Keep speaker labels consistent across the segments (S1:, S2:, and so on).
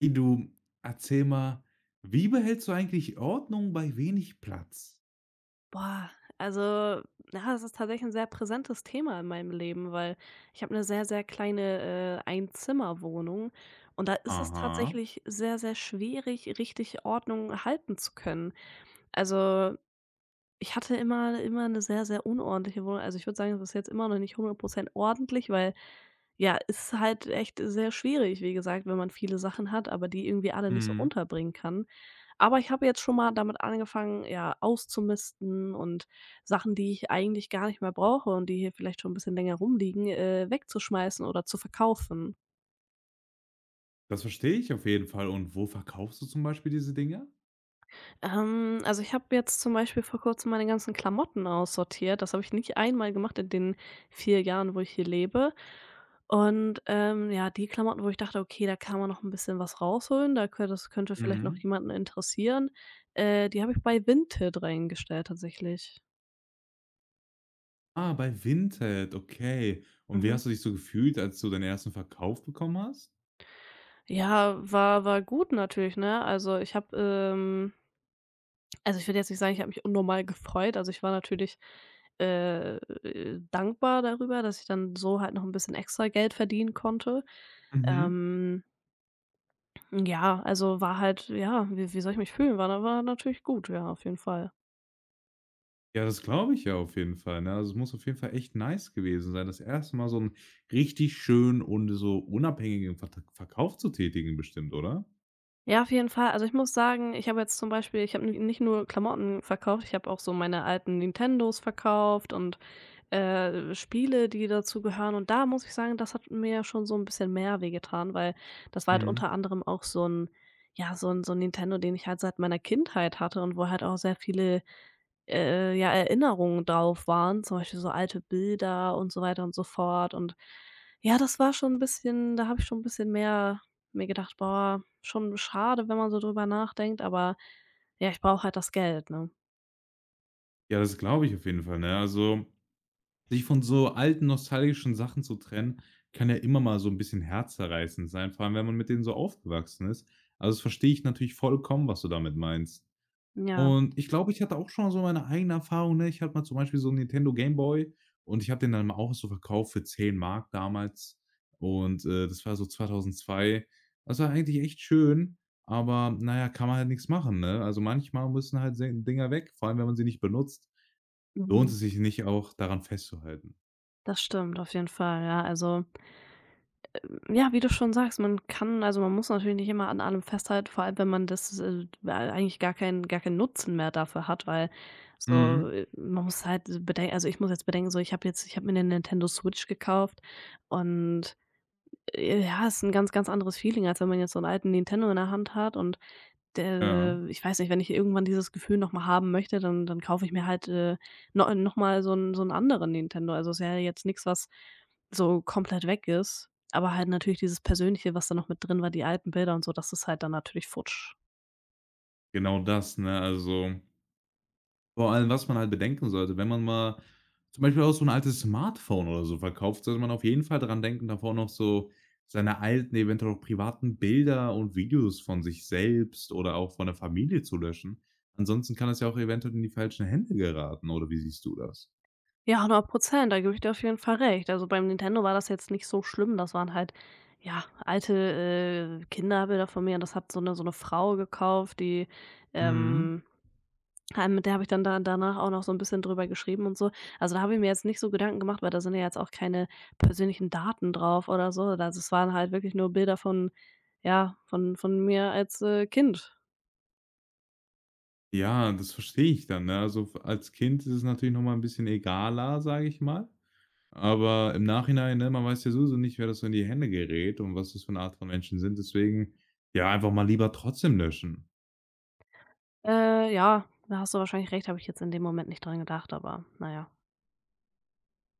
S1: Hey du, erzähl mal, wie behältst du eigentlich Ordnung bei wenig Platz?
S2: Boah, also, ja, das ist tatsächlich ein sehr präsentes Thema in meinem Leben, weil ich habe eine sehr, sehr kleine, Einzimmerwohnung und da ist es
S1: Aha.
S2: tatsächlich sehr, sehr schwierig, richtig Ordnung halten zu können. Also ich hatte immer eine sehr, sehr unordentliche Wohnung. Also, ich würde sagen, es ist jetzt immer noch nicht 100% ordentlich, weil, ja, ist halt echt sehr schwierig, wie gesagt, wenn man viele Sachen hat, aber die irgendwie alle nicht so
S1: Mhm.
S2: unterbringen kann. Aber ich habe jetzt schon mal damit angefangen, ja, auszumisten und Sachen, die ich eigentlich gar nicht mehr brauche und die hier vielleicht schon ein bisschen länger rumliegen, wegzuschmeißen oder zu verkaufen.
S1: Das verstehe ich auf jeden Fall. Und wo verkaufst du zum Beispiel diese Dinger?
S2: Also ich habe jetzt zum Beispiel vor Kurzem meine ganzen Klamotten aussortiert. Das habe ich nicht einmal gemacht in den 4 Jahren, wo ich hier lebe. Und, ja, die Klamotten, wo ich dachte: „Okay, da kann man noch ein bisschen was rausholen, da könn das könnte vielleicht noch
S1: Mhm.
S2: jemanden interessieren“, die habe ich bei Vinted reingestellt tatsächlich.
S1: Ah, bei Vinted, okay. Und wie
S2: Mhm.
S1: hast du dich so gefühlt, als du deinen ersten Verkauf bekommen hast?
S2: Ja, war gut natürlich, ne? Also, ich würde jetzt nicht sagen, ich habe mich unnormal gefreut. Also, ich war natürlich, dankbar darüber, dass ich dann so halt noch ein bisschen extra Geld verdienen konnte.
S1: Mhm.
S2: Ähm, ja, also, war halt ja, wie soll ich mich fühlen? War natürlich gut, ja, auf jeden Fall.
S1: Ja, das glaube ich ja auf jeden Fall, ne? Also, es muss auf jeden Fall echt nice gewesen sein, das erste Mal so einen richtig schönen und so unabhängigen Verta Verkauf zu tätigen bestimmt, oder?
S2: Ja, auf jeden Fall. Also, ich muss sagen, ich habe jetzt zum Beispiel ich habe n nicht nur Klamotten verkauft, ich habe auch so meine alten Nintendos verkauft und, Spiele, die dazu gehören. Und da muss ich sagen, das hat mir schon so ein bisschen mehr wehgetan, weil das war halt
S1: Mhm.
S2: unter anderem auch so ein, ja, so ein Nintendo, den ich halt seit meiner Kindheit hatte und wo halt auch sehr viele ja, Erinnerungen drauf waren, zum Beispiel so alte Bilder und so weiter und so fort. Und ja, das war schon ein bisschen da habe ich schon ein bisschen mehr mir gedacht: „Boah, schon schade, wenn man so drüber nachdenkt, aber ja, ich brauche halt das Geld“, ne?
S1: Ja, das glaube ich auf jeden Fall, ne? Also, sich von so alten nostalgischen Sachen zu trennen, kann ja immer mal so ein bisschen herzzerreißend sein, vor allem, wenn man mit denen so aufgewachsen ist. Also, das verstehe ich natürlich vollkommen, was du damit meinst.
S2: Ja,
S1: Und ich glaube, ich hatte auch schon so meine eigene Erfahrung, ne? Ich hatte mal zum Beispiel so einen Nintendo Game Boy und ich habe den dann mal auch so verkauft für 10 Mark damals und, das war so 2002. Das war eigentlich echt schön, aber na ja, kann man halt nichts machen, ne? Also, manchmal müssen halt se Dinger weg, vor allem, wenn man sie nicht benutzt, lohnt
S2: mhm.
S1: es sich nicht auch, daran festzuhalten.
S2: Das stimmt auf jeden Fall, ja, ja, wie du schon sagst, man kann man muss natürlich nicht immer an allem festhalten, vor allem, wenn man das, eigentlich gar keinen Nutzen mehr dafür hat, weil so,
S1: Mhm.
S2: man muss halt bedenken ich muss jetzt bedenken, so, ich habe mir eine Nintendo Switch gekauft und, ja, ist ein ganz, ganz anderes Feeling, als wenn man jetzt so einen alten Nintendo in der Hand hat und
S1: Ja,
S2: ich weiß nicht, wenn ich irgendwann dieses Gefühl noch mal haben möchte, dann kaufe ich mir halt, no noch mal so einen anderen Nintendo. Also, ist ja jetzt nichts, was so komplett weg ist, aber halt natürlich dieses Persönliche, was da noch mit drin war, die alten Bilder und so, das ist halt dann natürlich futsch.
S1: genau das, ne? Also, vor allem, was man halt bedenken sollte, wenn man mal zum Beispiel auch so ein altes Smartphone oder so verkauft, sollte man auf jeden Fall dran denken, davor noch so seine alten, eventuell auch privaten Bilder und Videos von sich selbst oder auch von der Familie zu löschen. Ansonsten kann es ja auch eventuell in die falschen Hände geraten, oder wie siehst du das?
S2: Ja, 100%. Da gebe ich dir auf jeden Fall recht. Also, beim Nintendo war das jetzt nicht so schlimm. Das waren halt, ja, alte, Kinderbilder von mir und das hat so eine Frau gekauft, die,
S1: Mhm.
S2: ähm mit der habe ich dann da danach auch noch so ein bisschen drüber geschrieben und so. Also, da habe ich mir jetzt nicht so Gedanken gemacht, weil da sind ja jetzt auch keine persönlichen Daten drauf oder so. Also, es waren halt wirklich nur Bilder von ja, von mir als, Kind.
S1: Ja, das verstehe ich dann, ne? Also, f als Kind ist es natürlich noch mal ein bisschen egaler, sage ich mal. Aber im Nachhinein, ne, man weiß ja sowieso nicht, wer das so in die Hände gerät und was das für 'ne Art von Menschen sind. Deswegen, ja, einfach mal lieber trotzdem löschen.
S2: Ja, da hast du wahrscheinlich recht, habe ich jetzt in dem Moment nicht dran gedacht, aber naja.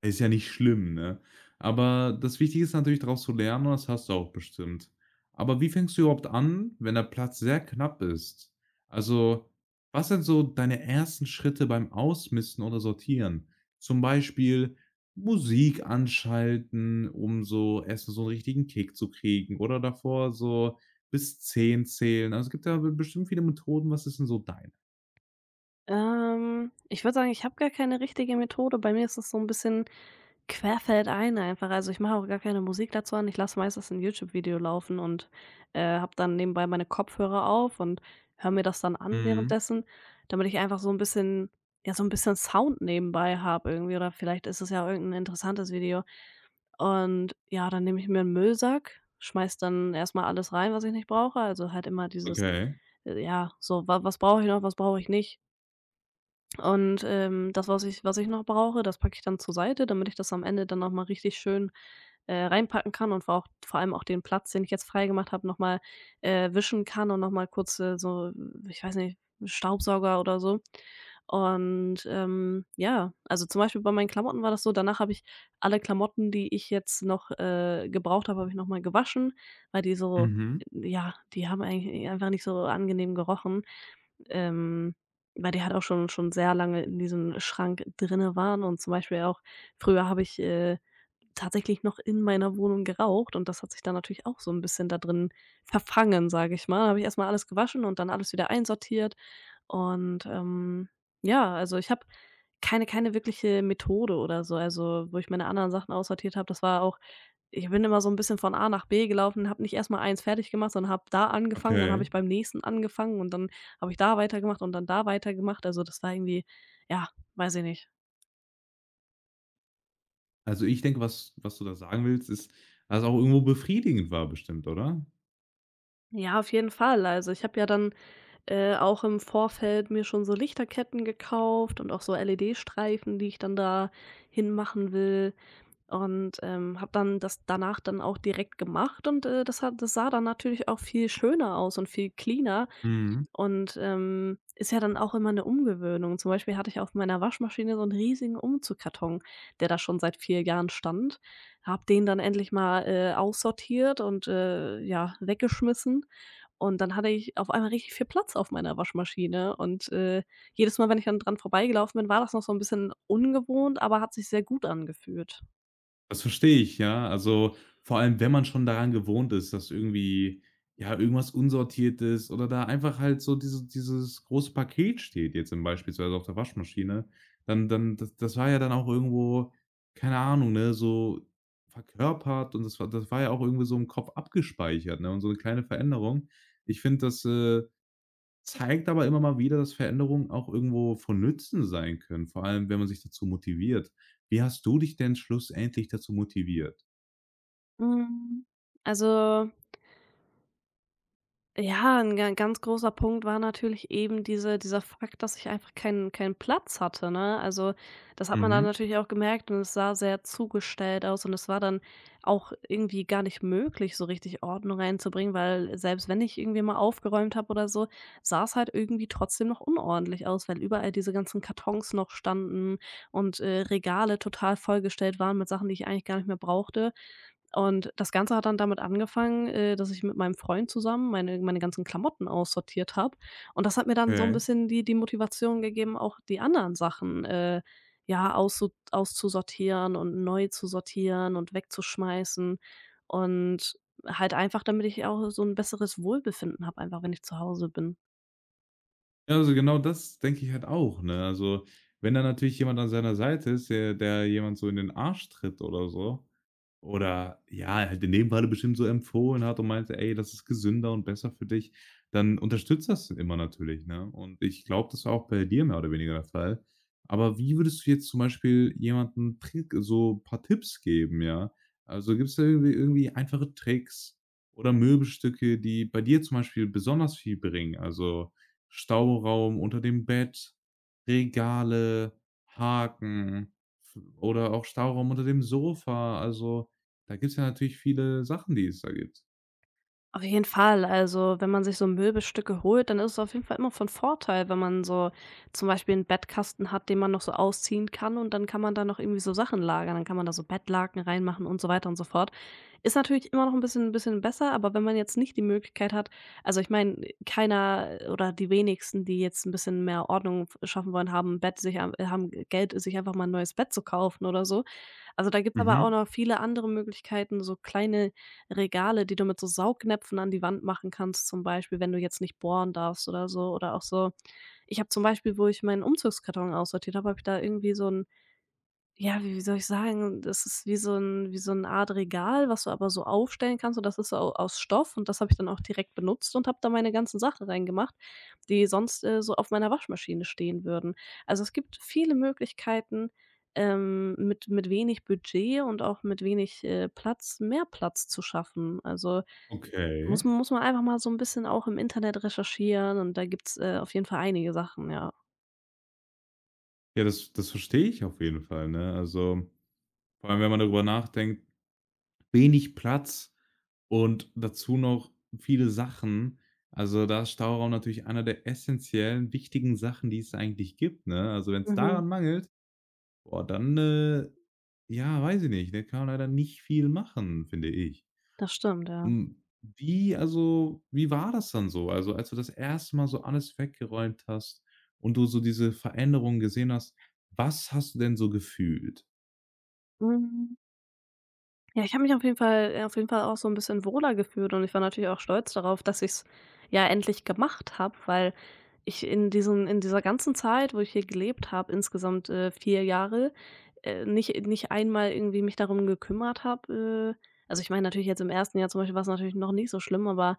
S1: Ist ja nicht schlimm, ne? Aber das Wichtige ist natürlich, daraus zu lernen und das hast du auch bestimmt. Aber wie fängst du überhaupt an, wenn der Platz sehr knapp ist? Also, was sind so deine ersten Schritte beim Ausmisten oder Sortieren? Zum Beispiel Musik anschalten, um so erstmal so 'n richtigen Kick zu kriegen oder davor so bis 10 zählen. Also, es gibt ja be bestimmt viele Methoden. Was ist denn so deine?
S2: Ich würde sagen, ich habe gar keine richtige Methode. Bei mir ist es so ein bisschen querfeldein einfach. Also, ich mache auch gar keine Musik dazu an. Ich lasse meistens ein YouTube-Video laufen und, habe dann nebenbei meine Kopfhörer auf und höre mir das dann an
S1: Mhm.
S2: währenddessen, damit ich einfach so ein bisschen ja, so ein bisschen Sound nebenbei habe irgendwie oder vielleicht ist es ja irgendein interessantes Video. Und ja, dann nehme ich mir einen Müllsack, schmeiß dann erstmal alles rein, was ich nicht brauche. Also, halt immer dieses,
S1: Okay.
S2: ja, so: „Wa was brauche ich noch, was brauche ich nicht?“ und, das, was ich noch brauche, das packe ich dann zur Seite, damit ich das am Ende dann noch mal richtig schön, reinpacken kann und vor allem auch den Platz, den ich jetzt freigemacht habe, noch mal, wischen kann und noch mal kurz, so ich weiß nicht, Staubsauger oder so. Und, ja, also, zum Beispiel bei meinen Klamotten war das so, danach habe ich alle Klamotten, die ich jetzt noch, gebraucht habe, habe ich noch mal gewaschen, weil die so
S1: Mhm.
S2: ja, die haben eigentlich einfach nicht so angenehm gerochen. Ähm weil die halt auch schon sehr lange in diesem Schrank drinne waren und zum Beispiel auch früher habe ich, tatsächlich noch in meiner Wohnung geraucht und das hat sich dann natürlich auch so ein bisschen da drin verfangen, sage ich mal. Da Habe ich erst mal alles gewaschen und dann alles wieder einsortiert und, ja, also, ich habe keine wirkliche Methode oder so, also, wo ich meine anderen Sachen aussortiert habe. Das war auch Ich bin immer so ein bisschen von A nach B gelaufen, habe nicht erst mal eins fertig gemacht, sondern habe da angefangen, dann habe
S1: Okay.
S2: ich beim nächsten angefangen und dann habe ich da weitergemacht und dann da weitergemacht. Also, das war irgendwie ja, weiß ich nicht.
S1: Also, ich denke, was du da sagen willst, ist, dass es auch irgendwo befriedigend war bestimmt, oder?
S2: Ja, auf jeden Fall. Also, ich habe ja dann auch im Vorfeld mir schon so Lichterketten gekauft und auch so LED-Streifen, die ich dann da hinmachen will und, habe dann das danach dann auch direkt gemacht und, das sah dann natürlich auch viel schöner aus und viel cleaner,
S1: Mhm.
S2: und, ist ja dann auch immer eine Umgewöhnung. Zum Beispiel hatte ich auf meiner Waschmaschine so einen riesigen Umzugkarton, der da schon seit 4 Jahren stand. Habe den dann endlich mal, aussortiert und, ja, weggeschmissen. Und dann hatte ich auf einmal richtig viel Platz auf meiner Waschmaschine. Und, jedes Mal, wenn ich dann dran vorbeigelaufen bin, war das noch so ein bisschen ungewohnt, aber hat sich sehr gut angefühlt.
S1: Das verstehe ich, ja. Also, vor allem, wenn man schon daran gewohnt ist, dass irgendwie, ja, irgendwas unsortiert ist oder da einfach halt so dieses große Paket steht jetzt im beispielsweise auf der Waschmaschine, dann das war ja dann auch irgendwo, keine Ahnung, ne, so verkörpert und das war ja auch irgendwie so im Kopf abgespeichert, ne, und so eine kleine Veränderung. Ich finde, das zeigt aber immer mal wieder, dass Veränderungen auch irgendwo von Nutzen sein können, vor allem, wenn man sich dazu motiviert. Wie hast du dich denn schlussendlich dazu motiviert?
S2: Hm, also ja, ein ga ganz großer Punkt war natürlich eben dieser Fakt, dass ich einfach keinen Platz hatte, ne? Also, das hat man dann
S1: Mhm.
S2: natürlich auch gemerkt und es sah sehr zugestellt aus und es war dann auch irgendwie gar nicht möglich, so richtig Ordnung reinzubringen, weil selbst wenn ich irgendwie mal aufgeräumt habe oder so, sah es halt irgendwie trotzdem noch unordentlich aus, weil überall diese ganzen Kartons noch standen und, Regale total vollgestellt waren mit Sachen, die ich eigentlich gar nicht mehr brauchte. Und das Ganze hat dann damit angefangen, dass ich mit meinem Freund zusammen meine ganzen Klamotten aussortiert habe. Und das hat mir dann so ein
S1: Okay.
S2: bisschen die Motivation gegeben, auch die anderen Sachen, ja, auszusortieren und neu zu sortieren und wegzuschmeißen. Und halt einfach, damit ich auch so ein besseres Wohlbefinden habe, einfach wenn ich zu Hause bin.
S1: Ja, also genau das denke ich halt auch, ne? Also, wenn da natürlich jemand an seiner Seite ist, der jemand so in den Arsch tritt oder so. Oder ja, halt in dem Falle bestimmt so empfohlen hat und meinte: „Ey, das ist gesünder und besser für dich“, dann unterstützt das immer natürlich, ne? Und ich glaube, das war auch bei dir mehr oder weniger der Fall. Aber wie würdest du jetzt zum Beispiel jemanden Trick so ein paar Tipps geben, ja? Also, gibt's da irgendwie einfache Tricks oder Möbelstücke, die bei dir zum Beispiel besonders viel bringen? Also, Stauraum unter dem Bett, Regale, Haken f oder auch Stauraum unter dem Sofa. Also, da gibt's ja natürlich viele Sachen, die es da gibt.
S2: Auf jeden Fall. Also, wenn man sich so Möbelstücke holt, dann ist es auf jeden Fall immer von Vorteil, wenn man so zum Beispiel 'n Bettkasten hat, den man noch so ausziehen kann und dann kann man da noch irgendwie so Sachen lagern. Dann kann man da so Bettlaken reinmachen und so weiter und so fort. Ist natürlich immer noch ein bisschen besser, aber wenn man jetzt nicht die Möglichkeit hat also, ich meine, keiner oder die wenigsten, die jetzt ein bisschen mehr Ordnung f schaffen wollen, haben 'n Bett sich haben Geld, sich einfach mal ein neues Bett zu kaufen oder so. Also, da gibt's aber auch
S1: Mhm.
S2: noch viele andere Möglichkeiten, so kleine Regale, die du mit so Saugnäpfen an die Wand machen kannst, zum Beispiel, wenn du jetzt nicht bohren darfst oder so. Oder auch so ich habe zum Beispiel, wo ich meinen Umzugskarton aussortiert habe, habe ich da irgendwie so ein ja, wie soll ich sagen? Das ist wie so ein wie so 'ne Art Regal, was du aber so aufstellen kannst und das ist so au aus Stoff und das habe ich dann auch direkt benutzt und habe da meine ganzen Sachen reingemacht, die sonst, so auf meiner Waschmaschine stehen würden. Also, es gibt viele Möglichkeiten, mit wenig Budget und auch mit wenig, Platz mehr Platz zu schaffen. Also,
S1: Okay.
S2: muss man einfach mal so ein bisschen auch im Internet recherchieren und da gibt's, auf jeden Fall einige Sachen, ja.
S1: Ja, das verstehe ich auf jeden Fall, ne? Also, vor allem, wenn man darüber nachdenkt, wenig Platz und dazu noch viele Sachen. Also, da ist Stauraum natürlich einer der essenziellen, wichtigen Sachen, die es eigentlich gibt, ne? Also, wenn's
S2: Mhm.
S1: daran mangelt, boah, dann, ja, weiß ich nicht, ne, kann man leider nicht viel machen, finde ich.
S2: Das stimmt, ja.
S1: Hm, wie also wie war das dann so? Also, als du das erste Mal so alles weggeräumt hast und du so diese Veränderung gesehen hast, was hast du denn so gefühlt?
S2: Mhm. Ja, ich habe mich auf jeden Fall auch so 'n bisschen wohler gefühlt und ich war natürlich auch stolz darauf, dass ich's ja endlich gemacht habe, weil ich in dieser ganzen Zeit, wo ich hier gelebt habe, insgesamt, 4 Jahre, nicht einmal irgendwie mich darum gekümmert habe, also, ich meine, natürlich jetzt im ersten Jahr zum Beispiel war's natürlich noch nicht so schlimm, aber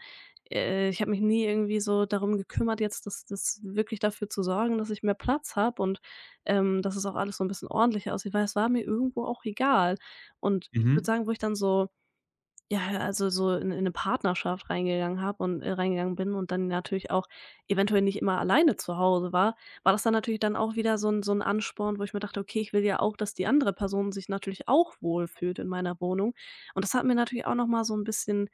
S2: ich habe mich nie irgendwie so darum gekümmert, jetzt das wirklich dafür zu sorgen, dass ich mehr Platz habe und dass es auch alles so 'n bisschen ordentlicher aussieht, weil es war mir irgendwo auch egal. Und ich würde
S1: Mhm.
S2: sagen, wo ich dann so, ja, also so in 'ne Partnerschaft reingegangen bin und dann natürlich auch eventuell nicht immer alleine zu Hause war, war das dann natürlich dann auch wieder so ein Ansporn, wo ich mir dachte: „Okay, ich will ja auch, dass die andere Person sich natürlich auch wohlfühlt in meiner Wohnung.“ Und das hat mir natürlich auch noch mal so ein bisschen,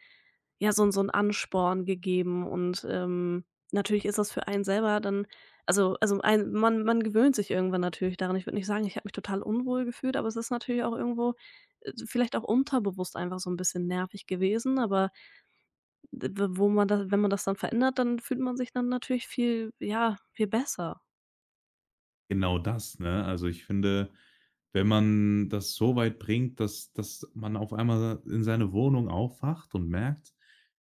S2: ja, so 'n Ansporn gegeben und, natürlich ist das für einen selber dann also also ein, man gewöhnt sich irgendwann natürlich daran. Ich würde nicht sagen, ich habe mich total unwohl gefühlt, aber es ist natürlich auch irgendwo, vielleicht auch unterbewusst einfach so ein bisschen nervig gewesen, aber d wo man das, wenn man das dann verändert, dann fühlt man sich dann natürlich viel, ja, viel besser.
S1: Genau das, ne? Also, ich finde, wenn man das so weit bringt, dass man auf einmal in seine Wohnung aufwacht und merkt: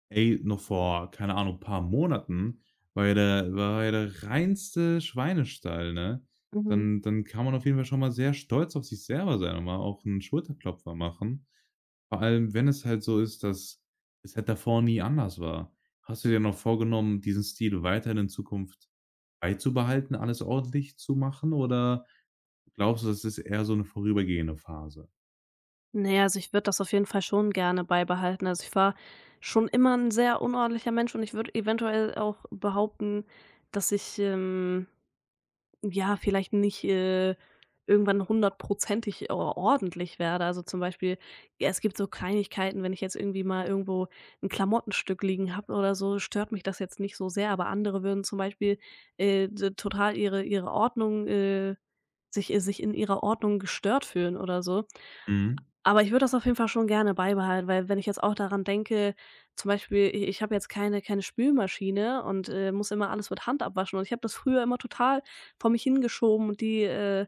S1: „Ey, noch vor, keine Ahnung, paar Monaten war ja der reinste Schweinestall“, ne?
S2: Mhm.
S1: Dann kann man auf jeden Fall schon mal sehr stolz auf sich selber sein und mal auch einen Schulterklopfer machen. Vor allem, wenn es halt so ist, dass es halt davor nie anders war. Hast du dir noch vorgenommen, diesen Stil weiterhin in Zukunft beizubehalten, alles ordentlich zu machen oder glaubst du, das ist eher so 'ne vorübergehende Phase?
S2: Ne, also, ich würde das auf jeden Fall schon gerne beibehalten. Also, ich war schon immer ein sehr unordentlicher Mensch und ich würde eventuell auch behaupten, dass ich, ja, vielleicht nicht, irgendwann hundertprozentig o ordentlich werde. Also, zum Beispiel, ja, es gibt so Kleinigkeiten, wenn ich jetzt irgendwie mal irgendwo ein Klamottenstück liegen habe oder so, stört mich das jetzt nicht so sehr, aber andere würden zum Beispiel, d total ihre Ordnung, sich, sich in ihrer Ordnung gestört fühlen oder so.
S1: Mhm,
S2: Aber ich würde das auf jeden Fall schon gerne beibehalten, weil wenn ich jetzt auch daran denke zum Beispiel, i ich habe jetzt keine Spülmaschine und, muss immer alles mit Hand abwaschen und ich habe das früher immer total vor mich hingeschoben und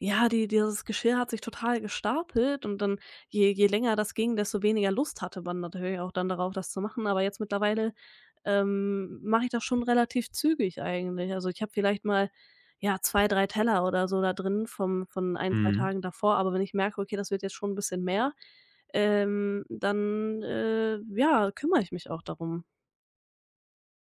S2: ja, dieses Geschirr hat sich total gestapelt und dann, je länger das ging, desto weniger Lust hatte man natürlich auch dann darauf, das zu machen. Aber jetzt mittlerweile, mache ich das schon relativ zügig eigentlich. Also, ich habe vielleicht mal, ja, 2, 3 Teller oder so da drin vom, von ein, 2
S1: mhm.
S2: Tagen davor. Aber wenn ich merke: „Okay, das wird jetzt schon ein bisschen mehr“, dann, ja, kümmere ich mich auch darum.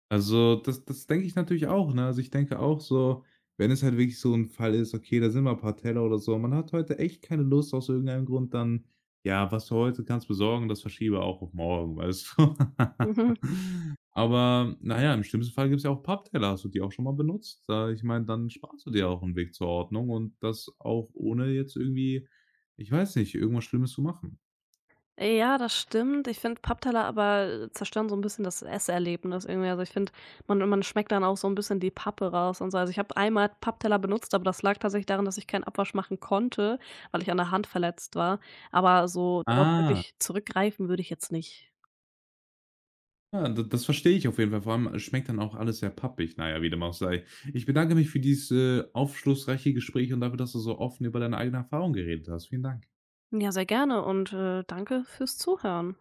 S1: Also, das denke ich natürlich auch, ne? Also, ich denke auch so, wenn es halt wirklich so ein Fall ist, okay, da sind mal ein paar Teller oder so, man hat heute echt keine Lust aus irgendeinem Grund, dann ja, was du heute kannst besorgen, das verschiebe auch auf morgen, weißt du? Aber naja, im schlimmsten Fall gibt es ja auch Pappteller. Hast du die auch schon mal benutzt? Da ich meine, dann sparst du dir auch einen Weg zur Ordnung und das auch ohne jetzt irgendwie, ich weiß nicht, irgendwas Schlimmes zu machen.
S2: Ja, das stimmt. Ich finde, Pappteller aber, zerstören so ein bisschen das Esserlebnis irgendwie. Also, ich finde, man schmeckt dann auch so ein bisschen die Pappe raus und so. Also, ich habe einmal Pappteller benutzt, aber das lag tatsächlich daran, dass ich keinen Abwasch machen konnte, weil ich an der Hand verletzt war. Aber so darauf
S1: Ah.
S2: wirklich zurückgreifen würde ich jetzt nicht.
S1: Ja, d das verstehe ich auf jeden Fall. Vor allem, schmeckt dann auch alles sehr pappig. Naja, wie dem auch sei. Ich bedanke mich für dieses, aufschlussreiche Gespräch und dafür, dass du so offen über deine eigene Erfahrung geredet hast. Vielen Dank.
S2: Ja, sehr gerne und, danke fürs Zuhören.